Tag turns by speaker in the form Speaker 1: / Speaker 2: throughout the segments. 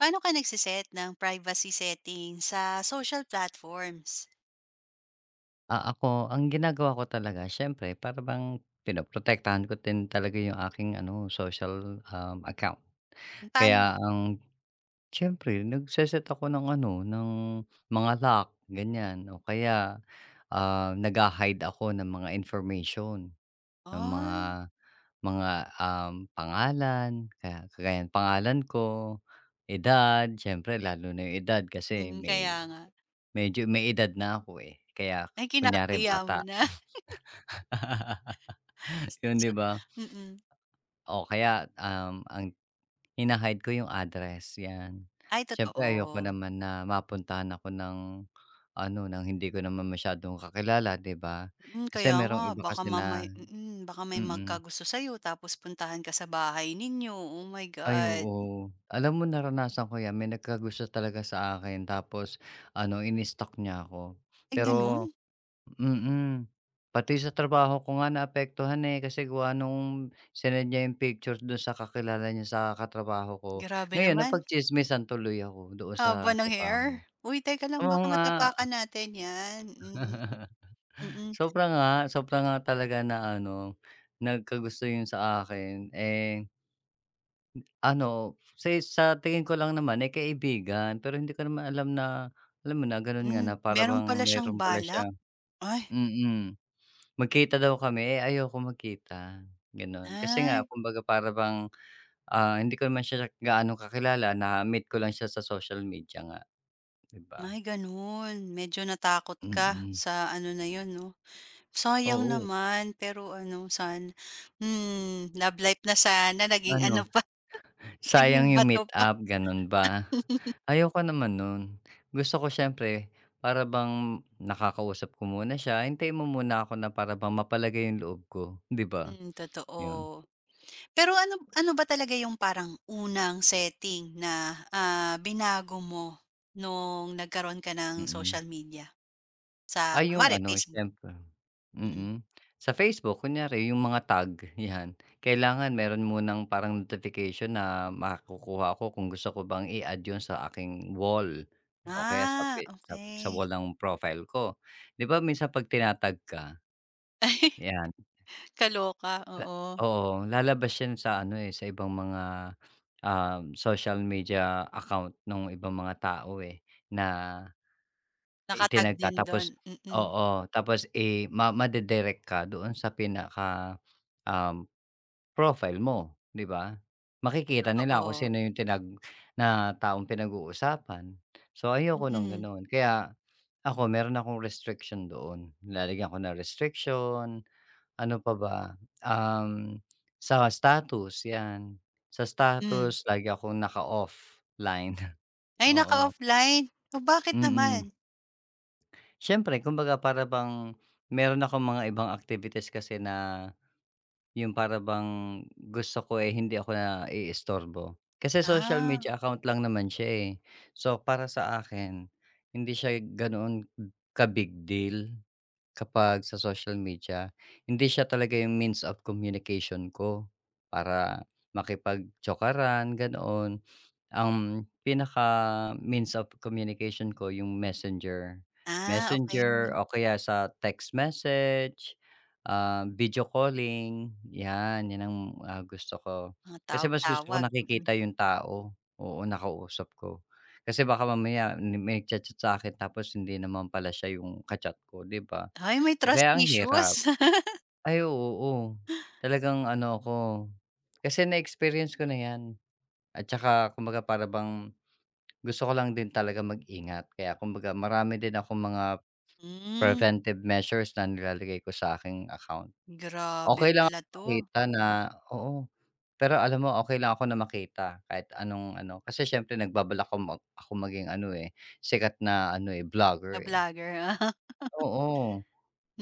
Speaker 1: Paano ka nagse ng privacy setting sa social platforms?
Speaker 2: Ah, ako ang ginagawa ko talaga siyempre para bang pinoprotektahan ko din talaga yung aking ano, social, account.
Speaker 1: Paano?
Speaker 2: Kaya ang siyempre nagse-set ako ng ano, ng mga lock ganyan o kaya, nagha-hide ako ng mga information, ng
Speaker 1: Ay,
Speaker 2: mga mga, pangalan kaya kagaya ng pangalan ko, edad, siyempre lalo na yung edad kasi may
Speaker 1: kaya nga.
Speaker 2: medyo may edad na ako, eh. Kaya
Speaker 1: Ay,
Speaker 2: kunyari
Speaker 1: kinakahiya mo
Speaker 2: bata
Speaker 1: na.
Speaker 2: Yun, 'di ba?
Speaker 1: Mm.
Speaker 2: O kaya, ang hina ko yung address, 'yan.
Speaker 1: Ay,
Speaker 2: Siyempre ayoko
Speaker 1: totoo.
Speaker 2: naman na mapuntahan ako ng ano, ng hindi ko naman masyadong kakilala, 'di ba?
Speaker 1: Mm,
Speaker 2: Kasi
Speaker 1: kaya nga
Speaker 2: merong iba
Speaker 1: baka
Speaker 2: kasi na
Speaker 1: mamay baka may
Speaker 2: mm.
Speaker 1: magkagusto sa'yo tapos puntahan ka sa bahay ninyo. Oh my
Speaker 2: Ay,
Speaker 1: God.
Speaker 2: oo. Alam mo naranasan ko 'yan, may nagkagusto talaga sa akin tapos ano, ini-stalk niya ako.
Speaker 1: Ay, gano'n?
Speaker 2: Pero Mm. Pati sa trabaho ko nga naapektuhan, eh, kasi gawa nung sinend niya yung picture dun sa kakilala niya sa katrabaho ko.
Speaker 1: Grabe
Speaker 2: Ngayon
Speaker 1: naman.
Speaker 2: napagtsismisan tuloy ako doon
Speaker 1: Haba
Speaker 2: sa
Speaker 1: ng hair.
Speaker 2: trabaho.
Speaker 1: Uy, teka lang
Speaker 2: Oo
Speaker 1: baka
Speaker 2: nga,
Speaker 1: matapakan natin 'yan. Mm, mm.
Speaker 2: sobra nga, sobra nga talaga na ano, nagkagusto yun sa akin. Eh, ano, sa tingin ko lang naman, eh, kaibigan pero hindi ko naman alam na, alam mo na, ganun nga
Speaker 1: Hmm,
Speaker 2: na para
Speaker 1: meron pala
Speaker 2: bang
Speaker 1: siyang
Speaker 2: meron pala
Speaker 1: balak.
Speaker 2: siya
Speaker 1: Ay,
Speaker 2: mm. Magkita daw kami, eh, ayoko magkita, gano'n. Kasi nga
Speaker 1: ay.
Speaker 2: kumbaga para bang, hindi ko naman siya gaano kakilala, na-meet ko lang siya sa social media nga, 'di ba?
Speaker 1: Ay gano'n, medyo natakot ka
Speaker 2: Mm,
Speaker 1: sa ano na 'yun 'no. Sayang
Speaker 2: oo.
Speaker 1: naman, pero ano san hmm, love life na sana naging
Speaker 2: Ano,
Speaker 1: ano pa,
Speaker 2: sayang
Speaker 1: naging
Speaker 2: yung
Speaker 1: bato pa.
Speaker 2: meet-up, gano'n ba? Ayoko naman no'n. Gusto ko siyempre para bang nakakausap ko muna siya, hintayin mo muna ako na para bang mapalagay yung loob ko, 'di ba?
Speaker 1: Hmm, totoo.
Speaker 2: 'Yun,
Speaker 1: Pero ano ano ba talaga yung parang unang setting na, binago mo nung nagkaroon ka ng
Speaker 2: mm.
Speaker 1: social media sa
Speaker 2: Ay yung
Speaker 1: kunwari
Speaker 2: ano
Speaker 1: Facebook?
Speaker 2: siyempre
Speaker 1: Mm.
Speaker 2: mm. Sa Facebook kunyari yung mga tag, 'yan. Kailangan meron munang parang notification na makukuha ko kung gusto ko bang i-add yun sa aking wall o kaya sa
Speaker 1: Ah,
Speaker 2: pi sa
Speaker 1: okay.
Speaker 2: wall ng profile ko. 'Di ba minsan 'pag tina-tag ka,
Speaker 1: Ay
Speaker 2: 'yan,
Speaker 1: kaloka,
Speaker 2: la
Speaker 1: oo.
Speaker 2: oo, lalabas yan sa ano, eh, sa ibang mga, social media account nung ibang mga tao, eh, na
Speaker 1: Naka
Speaker 2: Itinag ka
Speaker 1: din dun,
Speaker 2: tapos oo, tapos, eh, ma made-direct ka doon sa pinaka, um, profile mo, 'di ba? Makikita nila kung
Speaker 1: totoo,
Speaker 2: sino yung tinag na taong pinag-uusapan. So, ayoko nung
Speaker 1: mm.
Speaker 2: gano'n. Kaya ako meron akong restriction doon. Nilalagyan ko ng restriction, ano pa ba, um, sa status 'yan. Sa
Speaker 1: Hmm.
Speaker 2: status lagi akong naka-offline,
Speaker 1: Ay,
Speaker 2: oo,
Speaker 1: naka-offline? O bakit naman?
Speaker 2: mm. Siyempre kumbaga para bang meron akong mga ibang activities kasi na yung para bang gusto ko, eh, hindi ako na naiistorbo. Kasi social
Speaker 1: Ah, okay.
Speaker 2: media account lang naman siya, eh. So, para sa akin hindi siya ganoon ka-big deal kapag sa social media. Hindi siya talaga yung means of communication ko para makipag-tsokaran, ganoon. Ang pinaka means of communication ko yung Messenger.
Speaker 1: Ah, okey.
Speaker 2: Messenger o kaya sa text message, video calling, 'yan, 'yan ang, gusto ko.
Speaker 1: Mga
Speaker 2: Kasi mas gusto ko
Speaker 1: tawag-tawag, mm.
Speaker 2: nakikita yung tao, oo, nakausap ko. Kasi baka mamaya ni- may nagcha-chat sa'kin tapos hindi naman pala siya yung ka-chat ko, 'di ba?
Speaker 1: Ay, may
Speaker 2: Eh,
Speaker 1: trust
Speaker 2: Kaya ang hirap.
Speaker 1: issues.
Speaker 2: Ay, oo, oo. Talagang ano ako, kasi na-experience ko na 'yan. At saka kumbaga para bang gusto ko lang din talaga mag-ingat kaya kumbaga marami din akong mga
Speaker 1: Hmm,
Speaker 2: preventive measures na nilalagay ko sa aking account.
Speaker 1: grabe
Speaker 2: Okey lang ako
Speaker 1: pala 'to,
Speaker 2: makita na
Speaker 1: mm,
Speaker 2: oo, pero alam mo okey lang ako na makita kahit anong ano, kasi siyempre nagbabalak ako mag ako maging ano, eh, sikat na ano, eh,
Speaker 1: na
Speaker 2: vlogger, eh.
Speaker 1: vlogger.
Speaker 2: Oo,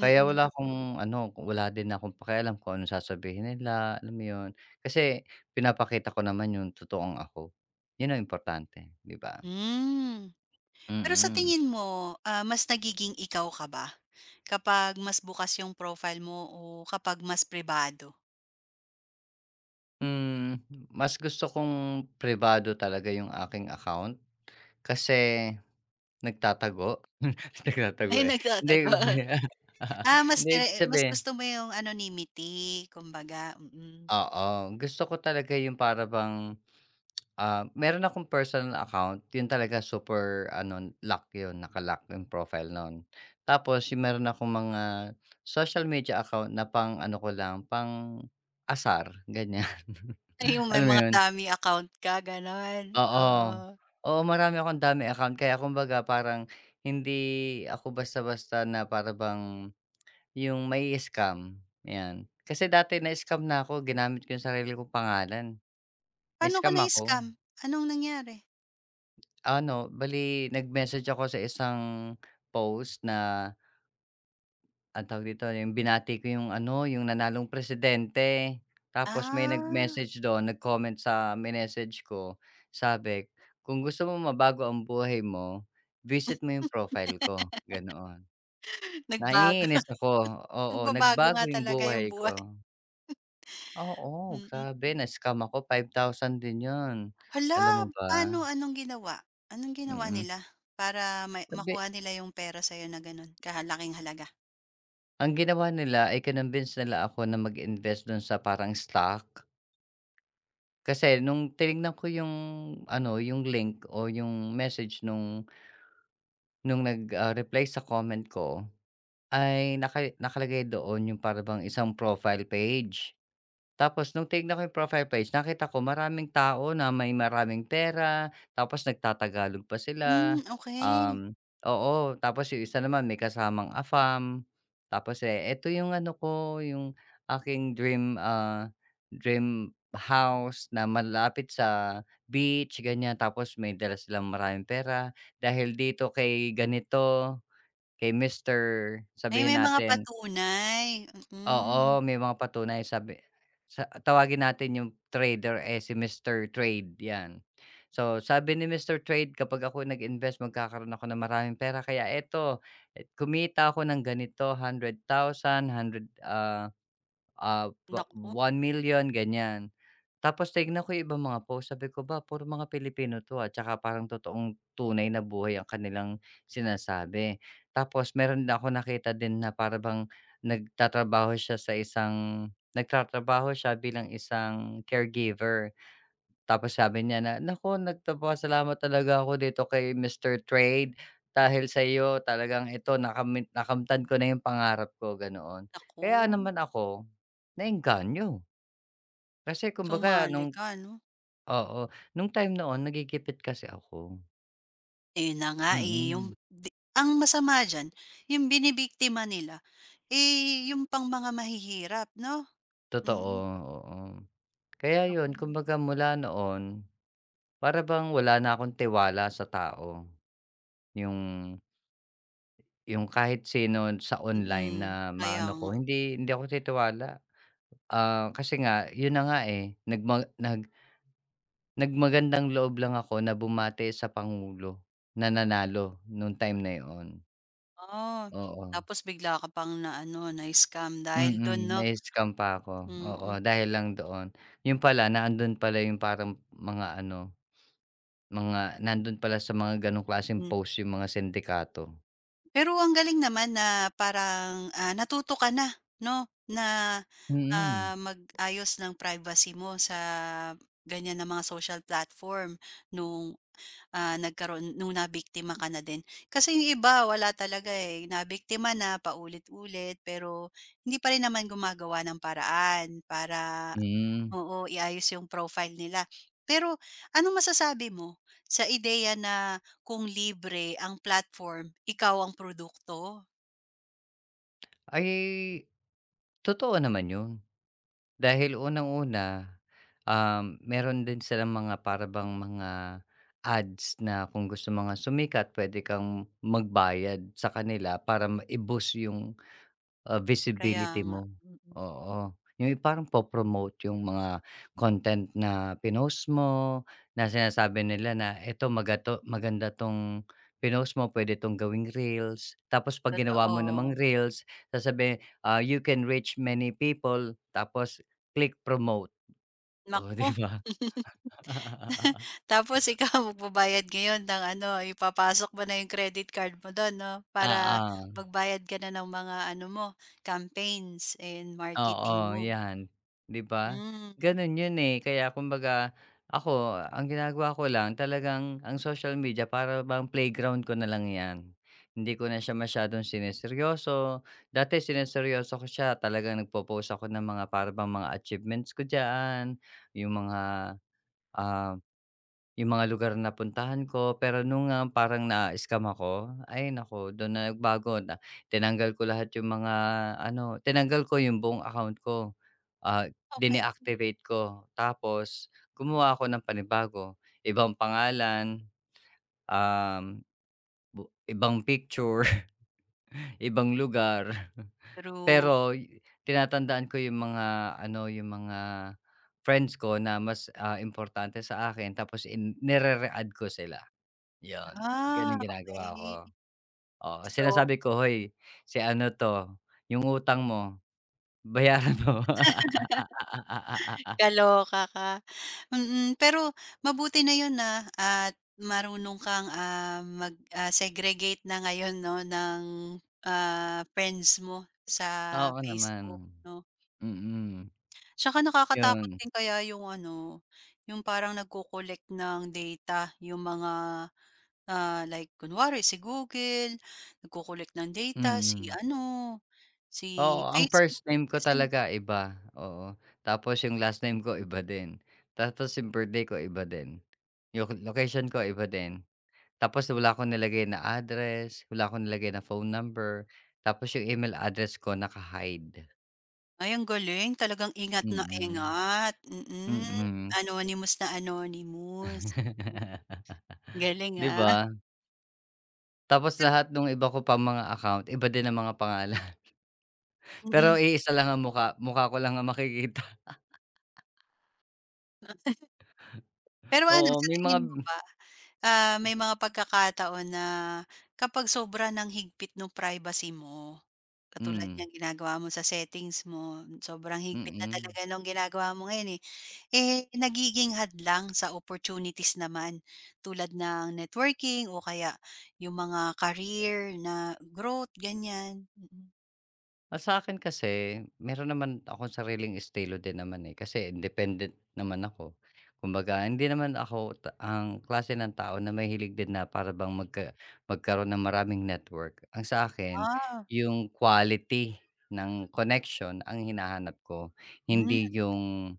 Speaker 2: kaya wala akong ano, wala din akong pakialam kung anong sasabihin nila, alam mo 'yun. Kasi pinapakita ko naman yung totoong ako, 'yun ang importante, 'di ba?
Speaker 1: Hmm. Pero sa
Speaker 2: Mm.
Speaker 1: tingin mo, mas nagiging ikaw ka ba kapag mas bukas yung profile mo o kapag mas pribado?
Speaker 2: Hmm, mas gusto kong pribado talaga yung aking account kasi nagtatago, nagtatago,
Speaker 1: May
Speaker 2: eh, hindi
Speaker 1: nagtatago. Ah,
Speaker 2: hindi ibig
Speaker 1: mas
Speaker 2: sabihin
Speaker 1: gusto mo yung anonymity kumbaga, mm.
Speaker 2: oo, gusto ko talaga yung para bang, meron akong personal account yun talaga super ano lock yun, naka yung profile nun. Tapos yung meron akong mga social media account na pang ano ko lang, pang asar ganyan,
Speaker 1: Ay, yung may
Speaker 2: alam mo
Speaker 1: mga
Speaker 2: yun?
Speaker 1: dummy account ka gano'n,
Speaker 2: Oo.
Speaker 1: oo.
Speaker 2: Oo, marami akong dummy account kaya kumbaga parang hindi ako basta-basta na para bang yung may scam 'yan. Kasi dati na-scam na ako, ginamit ko yung sarili kong pangalan.
Speaker 1: Paano ka
Speaker 2: Na-scam ako.
Speaker 1: na-scam? Anong nangyari?
Speaker 2: Ano, bale nag-message ako sa isang post na Anong tawag dito, yung binati ko yung ano, yung nanalong presidente. Tapos may
Speaker 1: Ah,
Speaker 2: nag-message do'n, nag-comment sa message ko, sabi, "Kung gusto mo mabago ang buhay mo, visit mo yung profile ko." Ganoon.
Speaker 1: nagbago
Speaker 2: Naiinis ako, oo,
Speaker 1: nagbabago nga
Speaker 2: nagbago yung
Speaker 1: talaga yung
Speaker 2: buhay
Speaker 1: buhay,
Speaker 2: ko. Oo,
Speaker 1: mm.
Speaker 2: grabe na-scam ako, 5,000 din 'yun.
Speaker 1: Hala,
Speaker 2: Alam mo
Speaker 1: paano
Speaker 2: ba?
Speaker 1: anong ginawa? Anong ginawa
Speaker 2: Mm,
Speaker 1: nila para may
Speaker 2: sabi
Speaker 1: makuha nila yung pera sa'yo na gano'n, kalaking halaga?
Speaker 2: ang ginawa nila ay kinumbinsi nila ako na mag-invest do'n sa parang stock. Kasi nung tinignan ko yung ano, yung link o yung message nung nag, reply sa comment ko, ay naka nakalagay doon yung para bang isang profile page. Tapos nung tinignan ko yung profile page nakita ko maraming tao na may maraming pera, tapos nagtatagalog pa sila,
Speaker 1: Hmm, okay.
Speaker 2: um, oo, tapos yung isa naman may kasamang AFAM, tapos, eh, eto yung ano ko, yung aking dream, dream house na malapit sa beach ganyan, tapos may dala silang maraming pera dahil dito kay ganito, kay Mister,
Speaker 1: Ay,
Speaker 2: sabihin
Speaker 1: may mga
Speaker 2: natin
Speaker 1: patunay, mm.
Speaker 2: Oo, may mga patunay sabi sa tawagin natin yung trader, eh, si Mister Trade, 'yan. So, sabi ni Mister Trade, "Kapag ako nag-invest magkakaroon ako ng maraming pera kaya eto, eh, kumita ako ng ganito 100,000, 100, ah, ah, wa
Speaker 1: Naku,
Speaker 2: 1,000,000, ganyan." Tapos tinignan ko yung ibang mga post sabi ko, "Ba puro mga Pilipino 'to, ah, tsaka parang totoong tunay na buhay ang kanilang sinasabi." Tapos meron din ako nakita din na para bang nagtatrabaho siya sa isang nagtatrabaho siya bilang isang caregiver. Tapos sabi niya na, "Naku nagpapasalamat talaga ako dito kay Mister Trade dahil sa iyo talagang ito nakamit nakamtan ko na yung pangarap ko." Ganoon. Kaya
Speaker 1: naku,
Speaker 2: naman ako naengganyo. Kasi kumbaga
Speaker 1: sumali
Speaker 2: nung
Speaker 1: ka 'no?
Speaker 2: Oo, nung time noon nagigipit kasi ako.
Speaker 1: Ayun na nga, eh, yung
Speaker 2: Mm.
Speaker 1: di ang masama diyan yung binibiktima nila, eh, yung pang mga mahihirap 'no?
Speaker 2: Totoo,
Speaker 1: Mm,
Speaker 2: oo. Kaya
Speaker 1: naku.
Speaker 2: yun kumbaga mula noon, para bang wala na akong tiwala sa tao. Yung yung kahit sino sa online
Speaker 1: Mm,
Speaker 2: na
Speaker 1: kaya
Speaker 2: maano
Speaker 1: nga.
Speaker 2: ko, hindi hindi ako titiwala. Ah, kasi nga yun na nga, eh, nagmagandang loob lang ako na bumati sa pangulo na nanalo nung time na yun,
Speaker 1: Oh,
Speaker 2: oo.
Speaker 1: tapos bigla ka pang na-ano, na-scam dahil dun
Speaker 2: Mm,
Speaker 1: 'no?
Speaker 2: na-scam pa ako, oo,
Speaker 1: Mm,
Speaker 2: dahil lang doon. Yun pala naandun pala yung parang mga ano, mga nandun pala sa mga ganong klaseng
Speaker 1: hmm.
Speaker 2: post yung mga sindikato.
Speaker 1: Pero ang galing naman na parang, natuto ka na 'no, na,
Speaker 2: Mm,
Speaker 1: mag-ayos ng privacy mo sa ganyan na mga social platform nung Ah, nagkaroon nung nabiktima ka na din? Kasi yung iba wala talaga, eh, nabiktima na paulit-ulit pero hindi pa rin naman gumagawa ng paraan para
Speaker 2: mm.
Speaker 1: oo, iayos yung profile nila. Pero anong masasabi mo sa ideya na kung libre ang platform, ikaw ang produkto?
Speaker 2: Ay, totoo naman yun. Dahil unang-una, meron din silang mga para bang mga ads na kung gusto mga sumikat pwede kang magbayad sa kanila para mai-boost yung Ah,
Speaker 1: Kaya
Speaker 2: visibility
Speaker 1: nga,
Speaker 2: mo,
Speaker 1: mm. Mm,
Speaker 2: oo. Yung parang po-promote yung mga content na pinost mo, na sinasabi nila na eto magato maganda 'tong pinost mo, pwede 'tong gawing reels. Tapos 'pag ginawa mo namang
Speaker 1: totoo,
Speaker 2: reels, sasabihin, ah, "You can reach many people," tapos click promote, oh,
Speaker 1: naku.
Speaker 2: 'di ba?
Speaker 1: Tapos ikaw magbabayad ngayon ng ano, ipapasok mo na yung credit card mo dun 'no, para
Speaker 2: Oo.
Speaker 1: magbayad ka na ng mga ano mo, campaigns and marketing
Speaker 2: Oo,
Speaker 1: mo.
Speaker 2: 'yan, 'di ba?
Speaker 1: Hmm,
Speaker 2: Gano'n 'yun, eh, kaya kumbaga ako, ang ginagawa ko lang talagang ang social media para bang playground ko na lang 'yan. Hindi ko na siya masyadong sinerseryoso. Dati sinerseryoso ko siya, talagang nagpo-post ako ng mga para bang mga achievements ko diyan, yung mga, ah yung mga lugar na napuntahan ko, pero nung, parang na-scam ako, ay nako dun na nagbago na tinanggal ko lahat yung mga ano, tinanggal ko yung buong account ko, ah,
Speaker 1: okey.
Speaker 2: dineactivate ko. Tapos gumawa ako ng panibago, ibang pangalan, um, bu ibang picture, ibang lugar.
Speaker 1: True.
Speaker 2: Pero y- tinatandaan ko yung mga ano, yung mga friends ko na mas, importante sa akin tapos in nire add ko sila. 'Yun,
Speaker 1: Ah,
Speaker 2: gano'n ginagawa ko.
Speaker 1: okay.
Speaker 2: Oo,
Speaker 1: So,
Speaker 2: sinasabi ko, "Hoy, si ano 'to, yung utang mo bayaran mo."
Speaker 1: kaloka ka. Mm, pero mabuti na yun na at marunong kang, mag, segregate na ngayon 'no ng, friends mo sa
Speaker 2: Oo naman,
Speaker 1: Facebook 'no.
Speaker 2: mm,
Speaker 1: Tsaka nakakatakot
Speaker 2: 'yun,
Speaker 1: din kaya yung ano, yung parang nagko-collect ng data yung mga, like kunwari si Google, nagko-collect ng data, si
Speaker 2: mm.
Speaker 1: ano, si
Speaker 2: Oo, ang first
Speaker 1: Facebook
Speaker 2: name ko
Speaker 1: kasi
Speaker 2: talaga iba, oo. Tapos yung last name ko iba din, tapos yung birthday ko iba din, yung location ko iba din. Tapos wala akong nilagay na address, wala akong nilagay na phone number, tapos yung email address ko naka-hide,
Speaker 1: ay ang galing talagang ingat na
Speaker 2: mm,
Speaker 1: ingat,
Speaker 2: mm.
Speaker 1: mm.
Speaker 2: mm.
Speaker 1: Anonymous na anonymous, galing,
Speaker 2: 'Di
Speaker 1: ah.
Speaker 2: ba? Tapos lahat nung iba ko pang mga account, iba din ang mga pangalan.
Speaker 1: Mm.
Speaker 2: Pero iisa lang ang mukha, mukha ko lang ang makikita.
Speaker 1: Pero ano,
Speaker 2: Oo,
Speaker 1: sa
Speaker 2: may mga
Speaker 1: tingin mo ba Ah, may mga pagkakataon na kapag sobra ng higpit ng privacy mo, katulad
Speaker 2: hmm,
Speaker 1: ng ginagawa mo sa settings mo, sobrang higpit na
Speaker 2: mm.
Speaker 1: talaga nung ginagawa mo ngayon, eh. Eh, nagiging hadlang sa opportunities naman tulad ng networking o kaya yung mga career na growth, ganyan. Mm.
Speaker 2: Ah, sa'kin kasi meron naman akong sariling estilo din naman, eh, kasi independent naman ako. Kumbaga hindi naman ako ta ang klase ng tao na mahilig din na para bang magka magkaroon ng maraming network. Ang sa akin
Speaker 1: Ah,
Speaker 2: yung quality ng connection ang hinahanap ko,
Speaker 1: hmm,
Speaker 2: hindi yung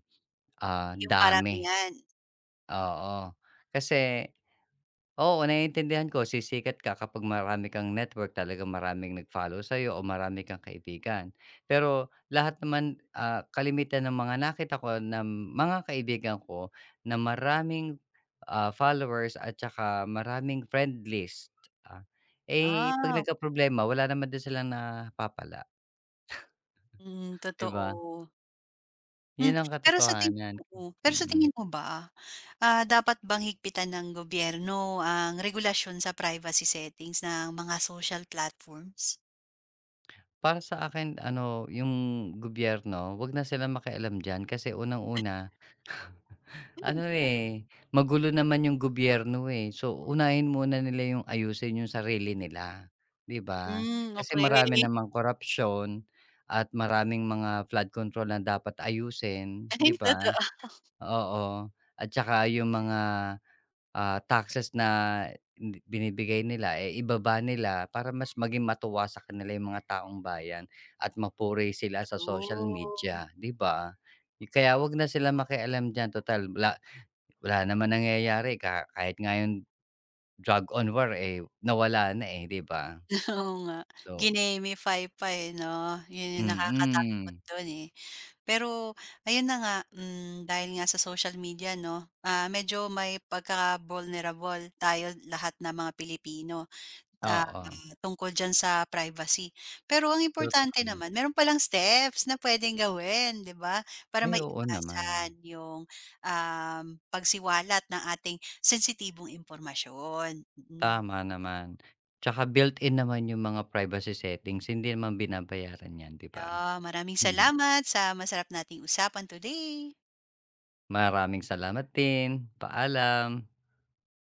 Speaker 2: Ah,
Speaker 1: yung
Speaker 2: dami,
Speaker 1: paramihan.
Speaker 2: oo. Kasi oo, naiintindihan ko sisikat ka kapag marami kang network, talaga maraming nag-follow sa'yo o marami kang kaibigan. Pero lahat naman, kalimitan ng mga nakita ko ng mga kaibigan ko na maraming, followers at saka maraming friend list, ah, eh, 'pag
Speaker 1: Ah,
Speaker 2: problema wala naman din silang napapala,
Speaker 1: mm,
Speaker 2: 'di ba?
Speaker 1: totoo. Hmm,
Speaker 2: 'Yun ang katotohanan,
Speaker 1: pero sa
Speaker 2: mm.
Speaker 1: tingin mo ba Ah, dapat bang higpitan ng gobyerno ang regulasyon sa privacy settings ng mga social platforms?
Speaker 2: Para sa akin ano, yung gobyerno, 'wag na sila makialam diyan kasi unang-una, ano, eh, magulo naman yung gobyerno, eh. So, unahin muna nila yung ayusin yung sarili nila, 'di ba?
Speaker 1: Hmm,
Speaker 2: Kasi
Speaker 1: okey.
Speaker 2: marami namang korapsyon at maraming mga flood control na dapat ayusin,
Speaker 1: Ay,
Speaker 2: 'di ba?
Speaker 1: totoo.
Speaker 2: Oo, at saka yung mga Ah, taxes na ni binibigay nila, eh, ibaba nila para mas maging matuwa sa kanila yung mga taong bayan at mapuri sila sa social
Speaker 1: True.
Speaker 2: media, 'di ba? Y- Kaya 'wag na sila makialam diyan total wala wala naman nangyayari ka kahit nga yung drug on war, eh, nawala na, eh, 'di ba?
Speaker 1: Oo nga,
Speaker 2: So
Speaker 1: ginemify pa, eh, 'no? Yun yung nakakatakot
Speaker 2: mm,
Speaker 1: dun, eh. Pero ayun na nga, hmm, dahil nga sa social media 'no, medyo may pagkaka-vulnerable tayo lahat na mga Pilipino. ah,
Speaker 2: oo,
Speaker 1: tungkol diyan sa privacy. Pero ang
Speaker 2: totoo
Speaker 1: importante
Speaker 2: naman.
Speaker 1: naman meron palang steps na puwedeng gawin, 'di ba? Para
Speaker 2: Ay, oo naman,
Speaker 1: maiwasan yung, um, pagsiwalat ng ating sensitibong impormasyon, mm.
Speaker 2: tama naman. Tsaka built-in naman yung mga privacy settings, hindi naman binabayaran 'yan, 'di ba?
Speaker 1: Yeah, maraming salamat sa masarap nating usapan today.
Speaker 2: Maraming salamat din. Paalam.